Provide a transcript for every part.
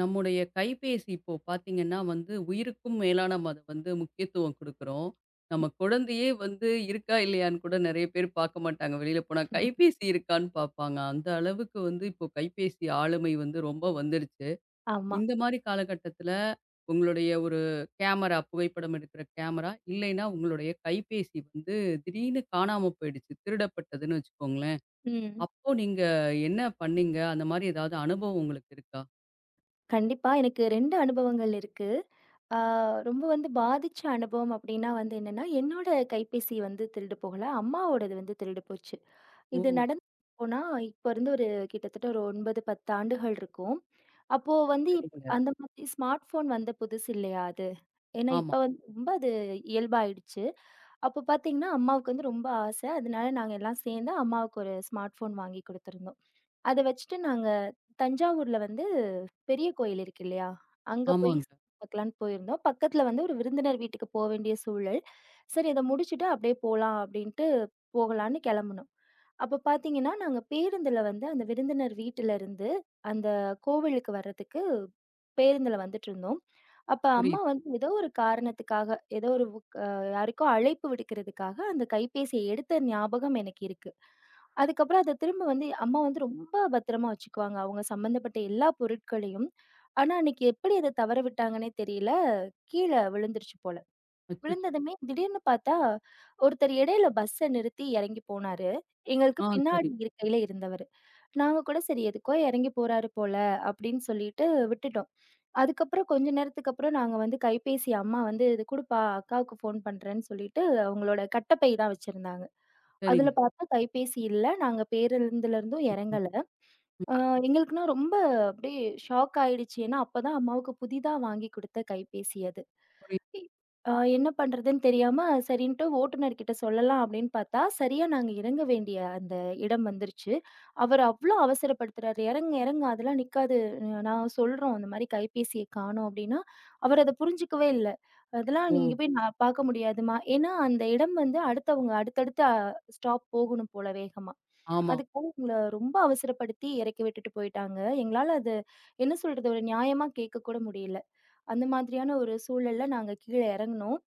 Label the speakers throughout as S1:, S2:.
S1: நம்முடைய கைபேசி இப்போ பார்த்தீங்கன்னா வந்து உயிருக்கும் மேலா நம்ம அதை வந்து முக்கியத்துவம் கொடுக்குறோம். நம்ம குழந்தையே வந்து இருக்கா இல்லையான்னு கூட நிறைய பேர் பார்க்க மாட்டாங்க. வெளியில போனா கைபேசி இருக்கான்னு பார்ப்பாங்க. அந்த அளவுக்கு வந்து இப்போ கைபேசி ஆளுமை வந்து ரொம்ப வந்துருச்சு.
S2: ஆமா.
S1: இந்த மாதிரி காலகட்டத்தில உங்களுடைய ஒரு கேமரா புகைப்படம் எடுக்கிற கேமரா, இல்லைன்னா உங்களுடைய கைபேசி வந்து திடீர்னு காணாம போயிடுச்சு. திருடப்பட்டதுன்னு வச்சுக்கோங்களேன்.
S2: ம்.
S1: அப்போ நீங்க என்ன பண்ணீங்க? அந்த மாதிரி ஏதாவது அனுபவம் உங்களுக்கு இருக்கா?
S2: கண்டிப்பா. எனக்கு 2 அனுபவங்கள் இருக்கு. ஆ ரொம்ப வந்து பாதிச்ச அனுபவம் அப்டின்னா வந்து என்னன்னா, என்னோட கைபேசி வந்து திருடு போகல. அம்மாவோடது வந்து திருடு போச்சு. இது
S1: ஓ!
S2: நடந்து போனா இப்ப இருந்து ஒரு கிட்டத்தட்ட ஒரு 9, 10 ஆண்டுகள் இருக்கும். அப்போ வந்து
S1: சரிங்க.
S2: அந்த மாதிரி ஸ்மார்ட் ஃபோன் வந்த புதுசு இல்லையா அது. ஏன்னா
S1: ஆமா.
S2: இப்ப வந்து ரொம்ப அது இயல்பாயிடுச்சு. அப்போ பார்த்தீங்கன்னா, அம்மாவுக்கு வந்து ரொம்ப ஆசை. அதனால நாங்க எல்லாம் சேர்ந்து அம்மாவுக்கு ஒரு ஸ்மார்ட் ஃபோன் வாங்கி குடுத்துருந்தோம். அத வச்சுட்டு நாங்க தஞ்சாவூர்ல வந்து பெரிய கோயில் இருக்கு இல்லையா? அங்க போய்
S1: ஆமாங்க.
S2: சுத்தி பார்க்கலான்னு போயிருந்தோம். பக்கத்துல வந்து ஒரு விருந்தினர் வீட்டுக்கு போ வேண்டிய சூழல். சரி இத முடிச்சுட்டு அப்படியே போலாம் அப்படின்ட்டு போகலான்னு கெளம்புனோம். அப்ப பார்த்தீங்கன்னா, நாங்க பேருந்துல வந்து அந்த விருந்தினர் வீட்டுல இருந்து அந்த கோவிலுக்கு வர்றதுக்கு பேருந்துல வந்துட்டுருந்தோம். அப்ப அம்மா
S1: புரியுது.
S2: வந்து ஏதோ ஒரு காரணத்துக்காக, ஏதோ ஒரு வுக் அ யாருக்கோ அழைப்பு விடுக்கிறதுக்காக அந்த கைபேசிய எடுத்த ஞாபகம் எனக்கு இருக்கு. அதுக்கப்புறம் அத திரும்ப வந்து அம்மா வந்து ரொம்ப பத்திரமா வச்சுக்குவாங்க. அவங்க சம்மந்தப்பட்ட எல்லா பொருட்களையும். ஆனா, அன்னைக்கு எப்படி அத தவற விட்டாங்கன்னே தெரியல. கீழ விழுந்துருச்சு போல.
S1: அச்சச்சோ!
S2: விழுந்ததுமே திடீர்னு பார்த்தா, ஒருத்தர் இடையில பஸ்ஸ நிறுத்தி இறங்கி போனாரு. எங்களுக்கு
S1: ஆ
S2: பின்னாடி
S1: சரி.
S2: இருக்கையில இருந்தவரு. நாங்க கூட சரி எதுக்கோ இறங்கி போறாரு போல அப்படின்னு சொல்லிட்டு விட்டுட்டோம். அதுக்கப்புறம் கொஞ்ச நேரத்துக்கு அப்புறம் நாங்க வந்து கைபேசி அம்மா வந்து இது குடுப்பா அக்காவுக்கு ஃபோன் பண்றேன்னு சொல்லிட்டு அவங்களோட கட்டப்பை தான் வச்சிருந்தாங்க. அதுல
S1: சரிங்க.
S2: பார்த்தா கைபேசி இல்ல. நாங்க பேருந்துல இருந்தும்
S1: ம்.
S2: இறங்கல. அ எங்களுக்குன்னா ரொம்ப அப்படியே ஷாக் ஆயிடுச்சு. ஏன்னா அப்பதான் அம்மாவுக்கு புதிதா வாங்கி குடுத்த கைபேசி அது.
S1: புரியுது.
S2: என்ன பண்றதுன்னு தெரியாம, சரின்ட்டு ஓட்டுநர்கிட்ட சொல்லலாம் அப்படின்னு பார்த்தா, சரியா நாங்க இறங்க வேண்டிய அந்த இடம் வந்துருச்சு. அவர் அவ்ளோ அவசரப்படுத்துறாரு. "இறங்குங்க, இறங்குங்க அதெல்லாம் நிக்காது. நான் சொல்றோம் இந்த மாரி கைபேசிய காணோம்" அப்படின்னா, அவர் அத புரிஞ்சுக்கவே இல்ல. "அதெல்லாம்
S1: ஓ!
S2: நீங்க போய் நான் பார்க்க முடியாதும்மா" ஏன்னா அந்த இடம் வந்து அடுத்தவங்க அடுத்தடுத்த ஸ்டாப் போகணும் போல வேகமா.
S1: ஆமா.
S2: அதுக்காக எங்கள ரொம்ப அவசரப்படுத்தி இறக்கி விட்டுட்டு போயிட்டாங்க. எங்களால அது என்ன சொல்றது? ஒரு நியாயமா கேட்க கூட முடியல. அந்த மாதிரியான ஒரு சூழல்ல நாங்க கீழ இறங்குனோம்.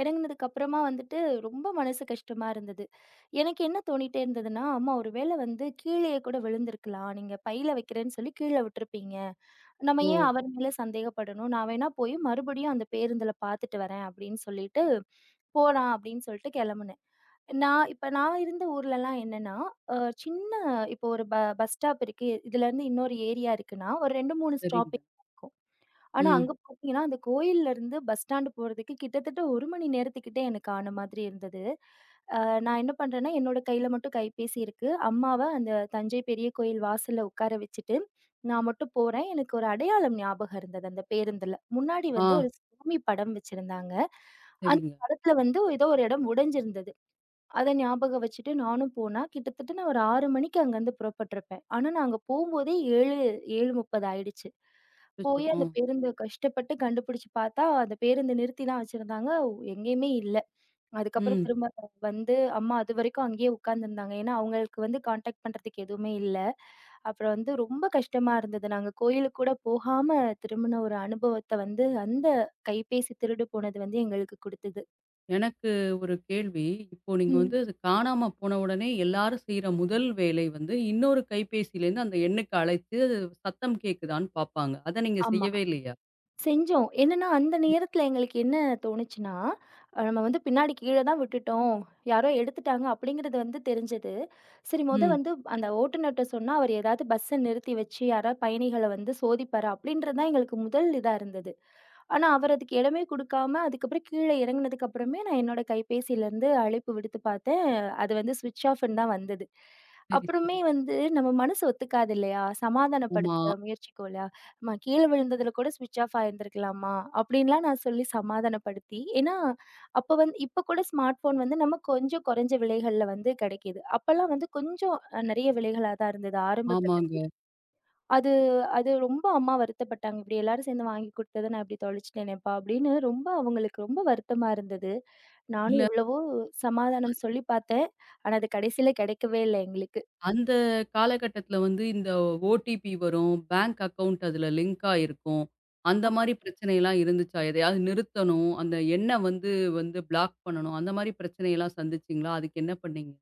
S2: இறங்குனதுக்கு அப்புறமா வந்துட்டு ரொம்ப மனசு கஷ்டமா இருந்தது. எனக்கு என்ன தோணிட்டே இருந்ததுன்னா, "அம்மா ஒருவேளை வந்து கீழயே கூட விழுந்திருக்கலாம். நீங்க பையில வைக்கிறேன்னு சொல்லி கீழ விட்டுருப்பீங்க. நம்ம
S1: ஓ!
S2: ஏன் அவர் மேல சந்தேகப்படணும்? நான் வேணா போய் மறுபடியும் அந்த பேருந்துல பார்த்துட்டு வரேன்." அப்படின்னு சொல்லிட்டு, போலாம் அப்படின்னு சொல்லிட்டு கிளம்புனேன். நான் இப்ப நான் இருந்த ஊர்லலாம் என்னன்னா, அ சின்ன இப்போ ஒரு ப பஸ் ஸ்டாப் இருக்கு. இதுலருந்து இன்னொரு ஏரியா இருக்குன்னா, ஒரு 2, 3
S1: சரிங்க.
S2: ஸ்டாப்பிங் இருக்கும். ஆனா
S1: ம்.
S2: அங்க பார்த்தீங்கன்னா, அந்த கோயில்ல இருந்து பஸ் ஸ்டாண்ட் போறதுக்கு கிட்டத்தட்ட 1 மணி நேரத்துக்கிட்ட எனக்கு ஆன மாதிரி இருந்தது. அ நான் என்ன பண்றேன்னா, என்னோட கையில மட்டும் கைபேசி இருக்கு. அம்மாவ அந்த தஞ்சை பெரிய கோயில் வாசல்ல உட்கார வச்சுட்டு, நான் மட்டும் போறேன். எனக்கு ஒரு அடையாளம் ஞாபகம் இருந்தது அந்த பேருந்துல. முன்னாடி
S1: ஆ
S2: வந்து ஒரு சாமி படம் வச்சிருந்தாங்க. அந்த
S1: சரிங்க.
S2: படத்துல வந்து ஏதோ ஒரு இடம் உடைஞ்சிருந்தது. அத ஞாபகம் வச்சுட்டு நானும் போனா, கிட்டத்தட்ட நான் ஒரு 6 மணிக்கு அங்கருந்து புறப்பட்டுருப்பேன். ஆனா, நாங்க போம்போதே 7, 7:30 ஆயிடுச்சு.
S1: அச்சச்சோ!
S2: போய்
S1: ஆ.
S2: அந்த பேருந்த கஷ்டப்பட்டு கண்டுபிடிச்சு பார்த்தா, அந்த பேருந்த நிறுத்தி தான் வச்சிருந்தாங்க. எங்கேயுமே இல்ல. அதுக்கப்புறம்
S1: ம்.
S2: திரும்ப வந்து அம்மா அதுவரைக்கும் அங்கேயே உட்காந்துருந்தாங்க. ஏன்னா, அவங்களுக்கு வந்து கான்டாக்ட் பண்றதுக்கு எதுவுமே இல்ல. அப்புறம் வந்து ரொம்ப கஷ்டமா இருந்தது. நாங்க கோயிலுக்கு கூட போகாம திரும்புன ஒரு அனுபவத்த வந்து, அந்த கைபேசி திருடு போனது வந்து எங்களுக்கு குடுத்தது.
S1: எனக்கு ஒரு கேள்வி. இப்போ நீங்க
S2: ம்.
S1: வந்து அது காணாம போன உடனே எல்லாரும் செய்ற முதல் வேலை வந்து இன்னொரு கைபேசியிலேருந்து அந்த எண்ணுக்கு அழைத்து சத்தம் கேட்குதான்னு பார்ப்பாங்க. அத நீங்க
S2: ஆமா.
S1: செய்யவே இல்லையா?
S2: செஞ்சோம். என்னன்னா, அந்த நேரத்துல எங்களுக்கு என்ன தோணுச்சுன்னா, நம்ம வந்து பின்னாடி கீழ தான் விட்டுட்டோம். யாரோ எடுத்துட்டாங்க அப்படிங்கிறது வந்து தெரிஞ்சது. சரி
S1: ம்.
S2: வந்து அந்த ஓட்டுநர்ட்ட சொன்னா, அவர் ஏதாவது பஸ்ஸ நிறுத்தி வச்சு, யாராவது பயணிகள வந்து சோதிப்பாரு அப்படின்றது தான் எங்களுக்கு முதல் இதா இருந்தது. ஆனா, அவர் அதுக்கு இடமே குடுக்காம, அதுக்கப்புறம் கீழ இறங்குனதுக்கு அப்புறமே நான் என்னோட கைபேசியிலருந்து அழைப்பு விடுத்து பார்த்தேன். அது வந்து ஸ்விட்ச் ஆஃப்ன்னு தான் வந்தது.
S1: சரி,
S2: அப்புறமே
S1: சரி.
S2: வந்து நம்ம மனசு ஒத்துக்காது இல்லையா?
S1: ஆமா.
S2: சமாதானப்படுத்த முயற்சிக்கும் இல்லையா? "அம்மா கீழ விழுந்ததுல கூட ஸ்விட்ச் ஆஃப் ஆயிருந்திருக்கலாம்மா" அப்படின்லாம் நான் சொல்லி சமாதானப்படுத்தி ஏன்னா, அப்ப வந்து இப்ப கூட ஸ்மார்ட் ஃபோன் வந்து நம்ம கொஞ்சம் குறைஞ்ச விலைகள்ல வந்து கிடைக்கிது. அப்பலாம் வந்து கொஞ்சம் நெறைய விலைகளா தான் இருந்தது ஆரம்ப கட்டத்துல.
S1: ஆமாங்க.
S2: அது அது ரொம்ப அம்மா வருத்தப்பட்டாங்க. "இப்படி எல்லாரும் சேர்ந்து வாங்கி குடுத்தத நான் இப்படி தொலைச்சுட்டேனேப்பா" அப்படின்னு ரொம்ப அவங்களுக்கு ரொம்ப வருத்தமா இருந்தது. நானும்
S1: இல்ல
S2: எவ்வளவோ சமாதானம் சொல்லி பார்த்தேன். ஆனா அது கடைசியில கிடைக்கவே இல்ல எங்களுக்கு.
S1: அந்த காலகட்டத்தில வந்து இந்த ஓடிபி வரும். பேங்க் அக்கவுண்ட் அதில லிங்க் ஆயிருக்கும். அந்த மாரி பிரச்சனைலாம் இருந்துச்சா? எதையாவது நிறுத்தணும். அந்த எண்ண வந்து வந்து பிளாக் பண்ணணும். அந்த மாரி பிரச்சனையெல்லாம் சந்திச்சீங்களா? அதுக்கு என்ன பண்ணீங்க?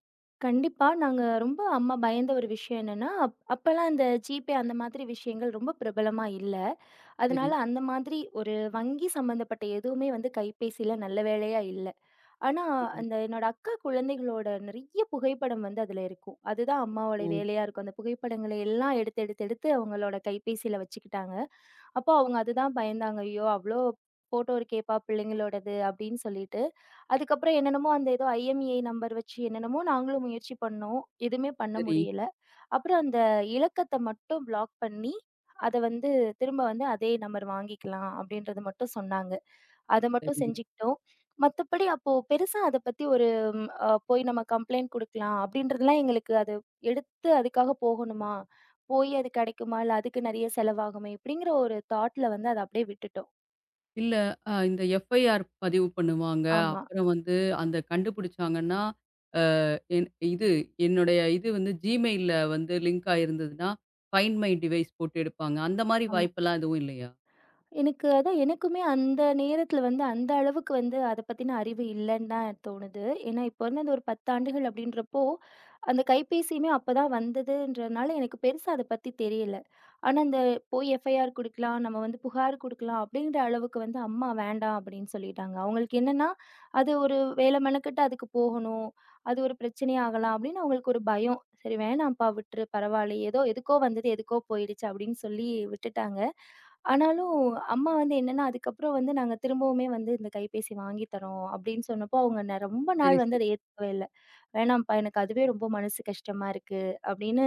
S2: கண்டிப்பா. நாங்க ரொம்ப அம்மா பயந்த ஒரு விஷயம் என்னன்னா, அப்பலாம் இந்த ஜிபே அந்த மாதிரி விஷயங்கள் ரொம்ப பிரபலமா இல்ல.
S1: சரி,
S2: அதனால அந்த மாதிரி ஒரு வங்கி சம்மந்தப்பட்ட எதுவுமே வந்து கைபேசியில நல்ல வேளையா இல்ல. ஆனா,
S1: சரி.
S2: அந்த என்னோட அக்கா குழந்தைகளோட நெறைய புகைப்படம் வந்து அதுல இருக்கும். அதுதான் அம்மாவோட
S1: ஓ!
S2: வேலையா இருக்கும். அந்த புகைப்படங்களை எல்லாம் எடுத்து எடுத்து எடுத்து அவங்களோட கைபேசியில வச்சுக்கிட்டாங்க. அப்போ அவங்க அதுதான் பயந்தாங்க. ஐயோ! அவ்ளோ ஃபோட்டோ இருக்கேப்பா பிள்ளைங்களோடது அப்படின்னு சொல்லிட்டு. அதுக்கப்புறம் என்னென்னமோ அந்த ஏதோ ஐஎம்இஐ நம்பர் வச்சு என்னென்னமோ நாங்களும் முயற்சி பண்ணோம். எதுவுமே பண்ண
S1: சரி,
S2: முடியல. அப்புறம் அந்த இலக்கத்த மட்டும் பிளாக் பண்ணி, அத வந்து திரும்ப வந்து அதே நம்பர் வாங்கிக்கலாம் அப்படின்றது மட்டும் சொன்னாங்க. அத மட்டும்
S1: சரிங்க.
S2: செஞ்சுக்கிட்டோம். மத்தபடி அப்போ பெருசா அத பத்தி ஒரு ம் அ போய் நம்ம கம்ப்ளைண்ட் குடுக்கலாம் அப்படின்றதுலாம் எங்களுக்கு அது எடுத்து அதுக்காக போகணுமா? போய் அது கிடைக்குமா? இல்ல அதுக்கு நெறைய செலவாகுமே! இப்படிங்கிற ஒரு தாட்ல வந்து அத அப்படியே விட்டுட்டோம்.
S1: இல்ல இந்த எஃப்ஐஆர் பதிவு பண்ணுவாங்க.
S2: ஆமா,
S1: அப்புறம் வந்து அந்த கண்டுபிடிச்சாங்கன்னா, அ என் இது என்னுடைய இது வந்து Gmailல வந்து லிங்க் ஆயிருந்ததுன்னா, ஃபைண்ட் மை டிவைஸ் போட்டு எடுப்பாங்க. அந்த மாரி
S2: ஆமா.
S1: வாய்ப்பெல்லாம் எதுவும் இல்லையா?
S2: எனக்கு அதான் எனக்குமே அந்த நேரத்துல வந்து அந்த அளவுக்கு வந்து அத பத்தின அறிவு இல்லன்னு தான் தோணுது. ஏன்னா, இப்போ வந்து அது ஒரு 10 ஆண்டுகள் அப்படின்றப்போ அந்த கைபேசியுமே அப்பதான் வந்ததுன்றனால எனக்கு பெருசா அத பத்தி தெரியல. ஆனா, அந்த போய் எஃப்ஐஆர் குடுக்கலாம், நம்ம வந்து புகார் குடுக்கலாம் அப்படிங்கிற அளவுக்கு வந்து அம்மா வேண்டாம் அப்படின்னு சொல்லிட்டாங்க. அவங்களுக்கு என்னன்னா, அது ஒரு வேல மெனக்கெட்டு அதுக்கு போகணும். அது ஒரு பிரச்சனையாகலாம் அப்படின்னு அவங்களுக்கு ஒரு பயம். சரி வேணாம்ப்பா விட்டுரு பரவாயில்லை. ஏதோ எதுக்கோ வந்தது எதுக்கோ போயிடுச்சு அப்படின்னு சொல்லி விட்டுட்டாங்க. ஆனாலும் அம்மா வந்து என்னன்னா, அதுக்கப்புறம் வந்து நாங்க திரும்பவுமே வந்து இந்த கைபேசி வாங்கி தரோம் அப்படின்னு சொன்னப்போ அவங்க ரொம்ப
S1: சரி,
S2: நாள் வந்து
S1: சரி.
S2: அத ஏத்துக்கவே இல்ல. "வேணாம்ப்பா, எனக்கு அதுவே ரொம்ப மனசு கஷ்டமா இருக்கு" அப்படின்னு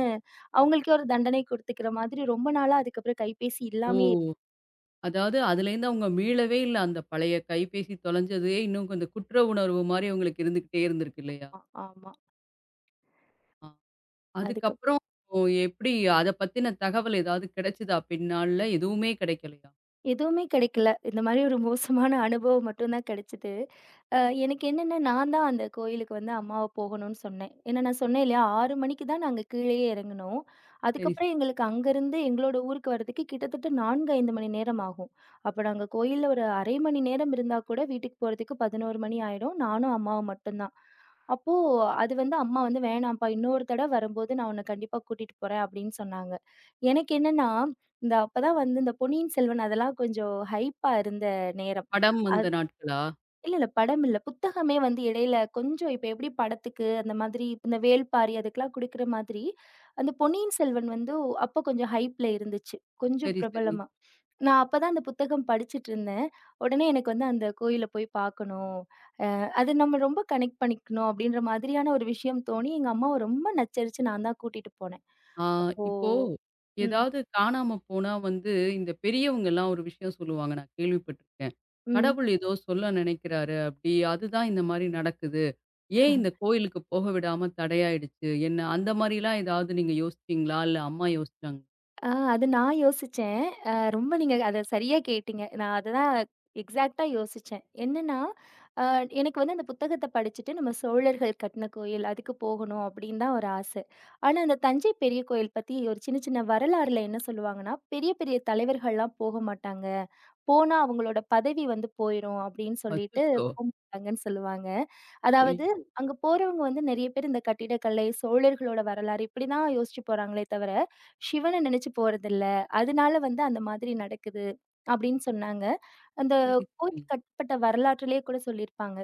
S2: அவங்களுக்கே ஒரு தண்டனை குடுத்துக்கிற மாதிரி ரொம்ப நாளா அதுக்கப்புறம் கைபேசி
S1: ஓ!
S2: இல்லாமயே
S1: அதாவது அதுலேருந்து அவங்க மீளவே இல்ல. அந்த பழைய கைபேசி தொலைஞ்சதே இன்னும் கொஞ்சம் குற்ற உணர்வு மாரி உங்களுக்கு இருந்துகிட்டே இருந்திருக்கு இல்லையா?
S2: இருப்பான். ஆமா.
S1: ஆ.
S2: அதுக்கு
S1: அதுக்கப்புறம் எப்படி அத பத்தின தகவல் ஏதாவது கிடைச்சதா பின்னாள்ல? எதுவுமே கிடைக்கலையா?
S2: எதுவுமே கிடைக்கல. இந்த மாரி ஒரு மோசமான அனுபவம் மட்டும் தான் கிடைச்சது. அ எனக்கு என்னன்னா, நான் தான் அந்த கோயிலுக்கு வந்து அம்மாவ போகணும்னு சொன்னேன். ஏன்னா நான் சொன்னேன் இல்லையா, 6 மணிக்கு தான் நாங்க கீழேயே இறங்குனோம்.
S1: சரி, சரி.
S2: அதுக்கப்புறம் எங்களுக்கு அங்கருந்து எங்களோட ஊருக்கு வரதுக்கு கிட்டத்தட்ட 4, 5 மணி நேரம் ஆகும். அப்ப நாங்க கோயில்ல ஒரு 1/2 மணி நேரம் இருந்தா கூட வீட்டுக்கு போறதுக்கு 11 மணி ஆயிடும். நானும் அம்மாவும் மட்டும் தான். அப்போ அது வந்து அம்மா வந்து "வேணாம்ப்பா, இன்னொரு தடவ வரும்போது நான் உன்ன கண்டிப்பா கூட்டிட்டு போறேன்" அப்படின்னு சொன்னாங்க. எனக்கு என்னன்னா இந்த அப்பதான் வந்து இந்த பொன்னியின் செல்வன் அதெல்லாம் கொஞ்சம் ஹைப்பா இருந்த நேரம்.
S1: படம்
S2: அது
S1: வந்த நாட்களா?
S2: இல்ல, இல்ல படம் இல்ல. புத்தகமே வந்து இடையில கொஞ்சம் இப்ப எப்படி படத்துக்கு அந்த மாதிரி இந்த வேள்பாரி அதுக்கெல்லாம் குடுக்குற மாதிரி, அந்த பொன்னியின் செல்வன் வந்து அப்ப கொஞ்சம் ஹைப்ல இருந்துச்சு. கொஞ்சம்
S1: சரி, சரி.
S2: பிரபலமா. நான் அப்பதான் அந்த புத்தகம் படிச்சுட்டு இருந்தேன். உடனே எனக்கு வந்து அந்த கோயில போய் பார்க்கணும். அது நம்ம ரொம்ப கனெக்ட் பண்ணிக்கணும் அப்படின்ற மாதிரியான ஒரு விஷயம் தோணி, எங்க அம்மாவ ரொம்ப நச்சரிச்சு நான் தான் கூட்டிட்டு போனேன்.
S1: ஆ,
S2: அப்போ
S1: இப்போ
S2: ம்,
S1: ஏதாவது காணாம போனா வந்து இந்த பெரியவங்கலாம் ஒரு விஷயம் சொல்லுவாங்க. நான் கேள்விப்பட்டுருக்கேன்.
S2: ம்.
S1: கடவுள் ஏதோ சொல்ல நினைக்கிறாரு அப்படி. அதுதான் இந்த மாரி நடக்குது. ஏன் இந்த கோயிலுக்கு போக விடாம தடையாயிடுச்சு? என்ன அந்த மாரிலாம் ஏதாவது நீங்க யோசிச்சீங்களா? இல்ல அம்மா யோசிச்சாங்களா?
S2: அது நான் யோசிச்சேன். ரொம்ப நீங்க அத சரியா கேட்டீங்க. நான் அததான் எக்ஸாக்ட்டா யோசிச்சேன். என்னன்னா, அ எனக்கு வந்து அந்த புத்தகத்த படிச்சுட்டு நம்ம சோழர்கள் கட்டின கோயில் அதுக்கு போகணும் அப்படின்னு தான் ஒரு ஆசை. ஆனா, அந்த தஞ்சை பெரிய கோயில் பத்தி ஒரு சின்ன சின்ன வரலாறுல என்ன சொல்லுவாங்கன்னா, பெரிய பெரிய தலைவர்கள்லாம் போக மாட்டாங்க. போனா அவங்களோட பதவி வந்து போயிரும் அப்படின்னு சொல்லிட்டு
S1: அச்சச்சோ!
S2: போமாட்டாங்கன்னு சொல்லுவாங்க. அதாவது
S1: ஐயோ!
S2: அங்க போறவங்க வந்து நெறைய பேர் இந்த கட்டிடக்கலை, சோழர்களோட வரலாறு இப்படிதான் யோசிச்சு போறாங்களே தவிர, சிவன நெனைச்சு போறதில்ல. அதனால வந்து அந்த மாதிரி நடக்குது அப்படின்னு சொன்னாங்க. அந்த
S1: சரி, சரி.
S2: கோயில் கட்டப்பட்ட வரலாற்றிலேயே கூட சொல்லியிருப்பாங்க.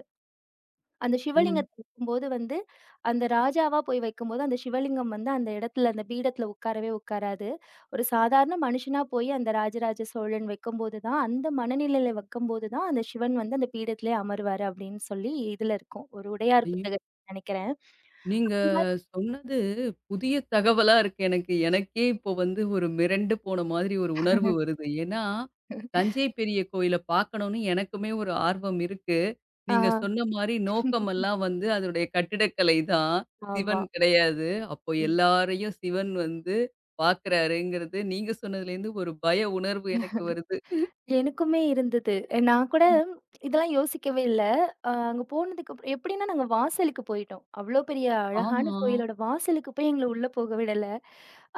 S2: அந்த
S1: ம்.
S2: சிவலிங்கத்த வைக்கும்போது வந்து, அந்த ராஜாவா போய் வைக்கும்போது, அந்த சிவலிங்கம் வந்து அந்த இடத்துல, அந்த பீடத்துல உட்காரவே உட்காராது. ஒரு சாதாரண மனுஷனா போய் அந்த ராஜராஜ சோழன் வைக்கும்போது தான், அந்த மனநிலையில வைக்கும்போது தான், அந்த சிவன் வந்து அந்த பீடத்திலே அமருவாரு அப்படின்னு சொல்லி இதுல இருக்கும். ஒரு உடையார்
S1: ஐயோ!
S2: புத்தகத்துல நெனைக்கிறேன்.
S1: நீங்க
S2: இந்த மாரி
S1: சொன்னது புதிய தகவலா இருக்கு எனக்கு. எனக்கே இப்போ வந்து ஒரு மிரண்டு போன மாதிரி ஒரு உணர்வு வருது. ஏன்னா, தஞ்சை பெரிய கோயில பார்க்கணும்னு எனக்குமே ஒரு ஆர்வம் இருக்கு.
S2: ஆ
S1: நீங்க சொன்ன மாரி நோக்கமெல்லாம் வந்து அதனுடைய கட்டிடக்கலை தான்.
S2: ஆமா.
S1: சிவன் கிடையாது. அப்போ
S2: ம்.
S1: எல்லாரையும் சிவன் வந்து பார்க்குறாருங்கிறது நீங்க சொன்னதுலேருந்து ஒரு பய உணர்வு எனக்கு வருது.
S2: எனக்குமே இருந்தது. நான் கூட இதெல்லாம் யோசிக்கவே இல்ல. அங்க போனதுக்கு அப்புறம் எப்படின்னா நாங்க வாசலுக்கு போயிட்டோம். அவ்ளோ பெரிய அழகான
S1: ஆமா.
S2: கோயிலோட வாசலுக்கு போய் எங்கள உள்ள போக விடல.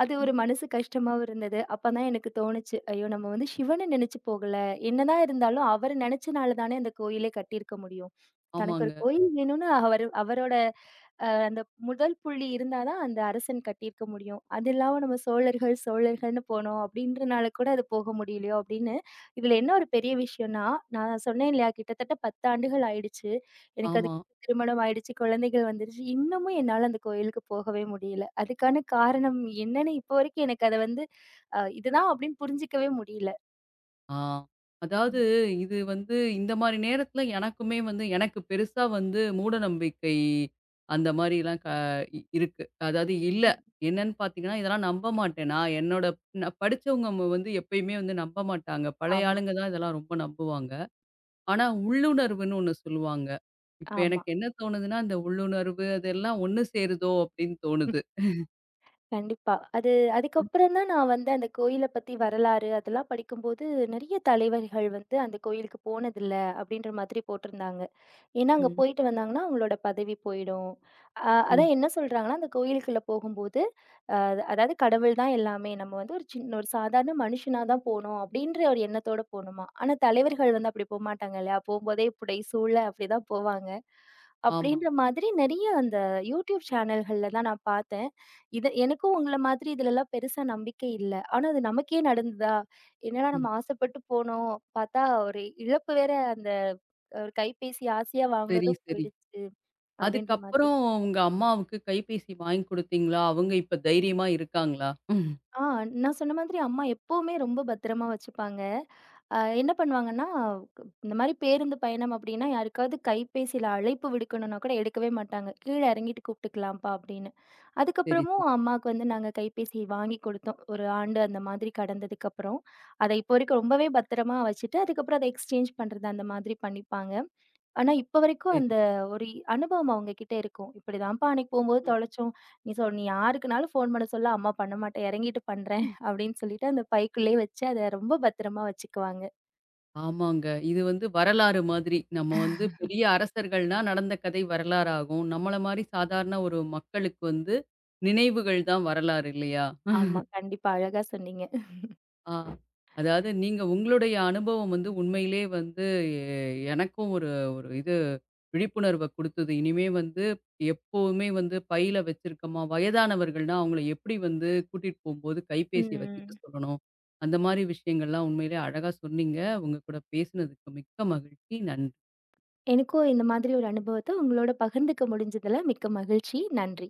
S2: அது ஒரு மனசு கஷ்டமாவும் இருந்தது. அப்பதான் எனக்கு தோணுச்சு, ஐயோ! நம்ம வந்து சிவன நெனச்சு போகல. என்னதான் இருந்தாலும் அவர நெனச்சனால தானே அந்த கோயிலே கட்டியிருக்க முடியும். தனக்கு ஒரு
S1: ஆமாங்க.
S2: கோயில் வேணும்னு அவரு அவரோட அந்த முதல் புள்ளி இருந்தா தான் அந்த அரசன் கட்டியிருக்க முடியும். அது இல்லாம நம்ம சோழர்கள், சோழர்கள்ன்னு போனோம் அப்படின்றனால கூட அது போக முடியலையோ அப்படின்னு, இதுல என்ன ஒரு பெரிய விஷயம்னா, நான் சொன்னேன் இல்லையா கிட்டத்தட்ட 10 ஆண்டுகள் ஆயிடுச்சு. எனக்கு
S1: ஆமா.
S2: அதுக்கு திருமணம் ஆயிடுச்சு, குழந்தைகள் வந்துருச்சு. இன்னமும் என்னால அந்த கோயிலுக்கு போகவே முடியல. அதுக்கான காரணம் என்னன்னு இப்போ வரைக்கும் எனக்கு அத வந்து, இதுதான் அப்படின்னு புரிஞ்சுக்கவே முடியல.
S1: ஆ.
S2: ம்.
S1: அதாவது இது வந்து இந்த மாரி நேரத்தில எனக்குமே வந்து எனக்கு பெருசா வந்து மூடநம்பிக்கை அந்த மாரிலாம் க இ இருக்கு. அதாவது இல்ல. என்னன்னு பார்த்தீங்கன்னா, இதெல்லாம் நம்ப மாட்டேன். நான் படிச்சவங்க வந்து எப்பயுமே வந்து நம்ப மாட்டாங்க. பழைய
S2: ஆமா,
S1: ஆளுங்க தான் இதெல்லாம் ரொம்ப நம்புவாங்க. ஆனா உள்ளுணர்வுன்னு ஒண்ணு சொல்லுவாங்க. இப்ப
S2: ஆமா.
S1: எனக்கு என்ன தோணுதுன்னா, இந்த உள்ளுணர்வு அதெல்லாம் ஒண்ணு சேருதோ! அப்படின்னு தோணுது.
S2: கண்டிப்பா. அது
S1: ம்,
S2: அதுக்கப்புறம் தான் நான் வந்து அந்த கோயில பத்தி வரலாறு அதெல்லாம் படிக்கும்போது, நெறைய தலைவர்கள் வந்து அந்த கோயிலுக்கு போனதில்ல, அப்படின்ற மாதிரி போட்டிருந்தாங்க. ஏன்னா, அங்க
S1: ம்,
S2: போயிட்டு வந்தாங்கன்னா, அவங்களோட பதவி போயிடும்.
S1: ம்.
S2: அதான் என்ன சொல்றாங்கன்னா, அந்த கோயிலுக்குள்ள போகும்போது, அ அதாவது கடவுள் தான் எல்லாமே. நம்ம வந்து ஒரு சின்ன ஒரு சாதாரண மனுஷனா தான் போணும் அப்படின்ற ஒரு எண்ணத்தோட போணுமாம். ஆனா, தலைவர்கள் வந்து அப்படி போமாட்டாங்க இல்லையா? போம்போதே புடை சூழ அப்படிதான் போவாங்க.
S1: ஆமா.
S2: அப்படின்ற மாதிரி நெறைய அந்த யூடியூப் சேனல்கள்ல தான் நான் பார்த்தேன். இது எனக்கும் உங்கள மாதிரி இதுலலாம் பெருசா நம்பிக்கை இல்ல. ஆனா, அது நமக்கே நடந்ததா? என்னடா
S1: ம்.
S2: நம்ம ஆசைப்பட்டு போனோம். பார்த்தா ஒரு இழப்பு வேற அந்த ஒரு கைபேசி ஆசையா
S1: சரி,
S2: வாங்குனதும்
S1: சரி.
S2: போயிடுச்சு அப்படின்ற மாதிரி.
S1: அதுக்கப்புறம் உங்க அம்மாவுக்கு கைபேசி வாங்கி குடுத்தீங்களா? அவங்க இப்ப தைரியமா இருக்காங்களா? ம்.
S2: ஆ நான் சொன்ன மாதிரி அம்மா எப்பவுமே ரொம்ப பத்திரமா வச்சுப்பாங்க. என்ன பண்ணுவாங்கன்னா, இந்த மாரி பேருந்து பயணம் அப்படின்னா, யாருக்காவது கைபேசியில அழைப்பு விடுக்கணும்னா கூட எடுக்கவே மாட்டாங்க. "கீழ இறங்கிட்டு கூப்பிட்டுக்கலாம்ப்பா" அப்படின்னு.
S1: சரி,
S2: அதுக்கப்புறமும்
S1: சரி.
S2: அம்மாவுக்கு வந்து நாங்க கைபேசி வாங்கி கொடுத்தோம். ஒரு ஆண்டு அந்த மாதிரி கடந்ததுக்கப்புறம். அத இப்போ வரைக்கும் ரொம்பவே பத்திரமா வச்சுட்டு, அதுக்கப்புறம் அத எக்ஸ்சேஞ்ச் பண்றது அந்த மாதிரி பண்ணிப்பாங்க. ஆனா, இப்ப வரைக்கும்
S1: சரி.
S2: அந்த ஒரு அனுபவம் அவங்ககிட்ட இருக்கும். "இப்படிதான்ப்பா அன்னைக்கு போம்போது தொலைச்சோம். நீ யாருக்குனாலும் ஃபோன் பண்ண சொல்ல, அம்மா பண்ண மாட்டேன். இறங்கிட்டு பண்றேன்."
S1: ம்.
S2: அப்படின்னு சொல்லிட்டு அந்த பைக்குள்ளயே வச்சு அத ரொம்ப பத்திரமா வச்சுக்குவாங்க.
S1: ஆமாங்க. இது வந்து வரலாறு மாதிரி. நம்ம வந்து பெரிய அரசர்கள்னா நடந்த கதை வரலாறாகும். நம்மள மாரி சாதாரண ஒரு மக்களுக்கு வந்து நினைவுகள் தான் வரலாறு இல்லையா?
S2: ஆமா, கண்டிப்பா. அழகா சொன்னீங்க.
S1: ஆ. அதாவது நீங்க உங்களுடைய அனுபவம் வந்து உண்மையிலே வந்து எ எனக்கும் ஒரு ஒரு இது விழிப்புணர்வ குடுத்தது. இனிமே வந்து எப்பவுமே வந்து பையில வச்சிருக்கமா வயதானவர்கள்னா, அவங்கள எப்படி வந்து கூட்டிட்டு போம்போது கைபேசிய வச்சுக்க
S2: ம்.
S1: சொல்லணும். அந்த மாரி விஷயங்கள்லாம் உண்மையிலே அழகா சொன்னீங்க. உங்க கூட பேசினதுக்கு மிக்க மகிழ்ச்சி. நன்றி.
S2: எனக்கும் இந்த மாதிரி ஒரு அனுபவத்த உங்களோட பகிர்ந்துக்க முடிஞ்சதுல மிக்க மகிழ்ச்சி. நன்றி.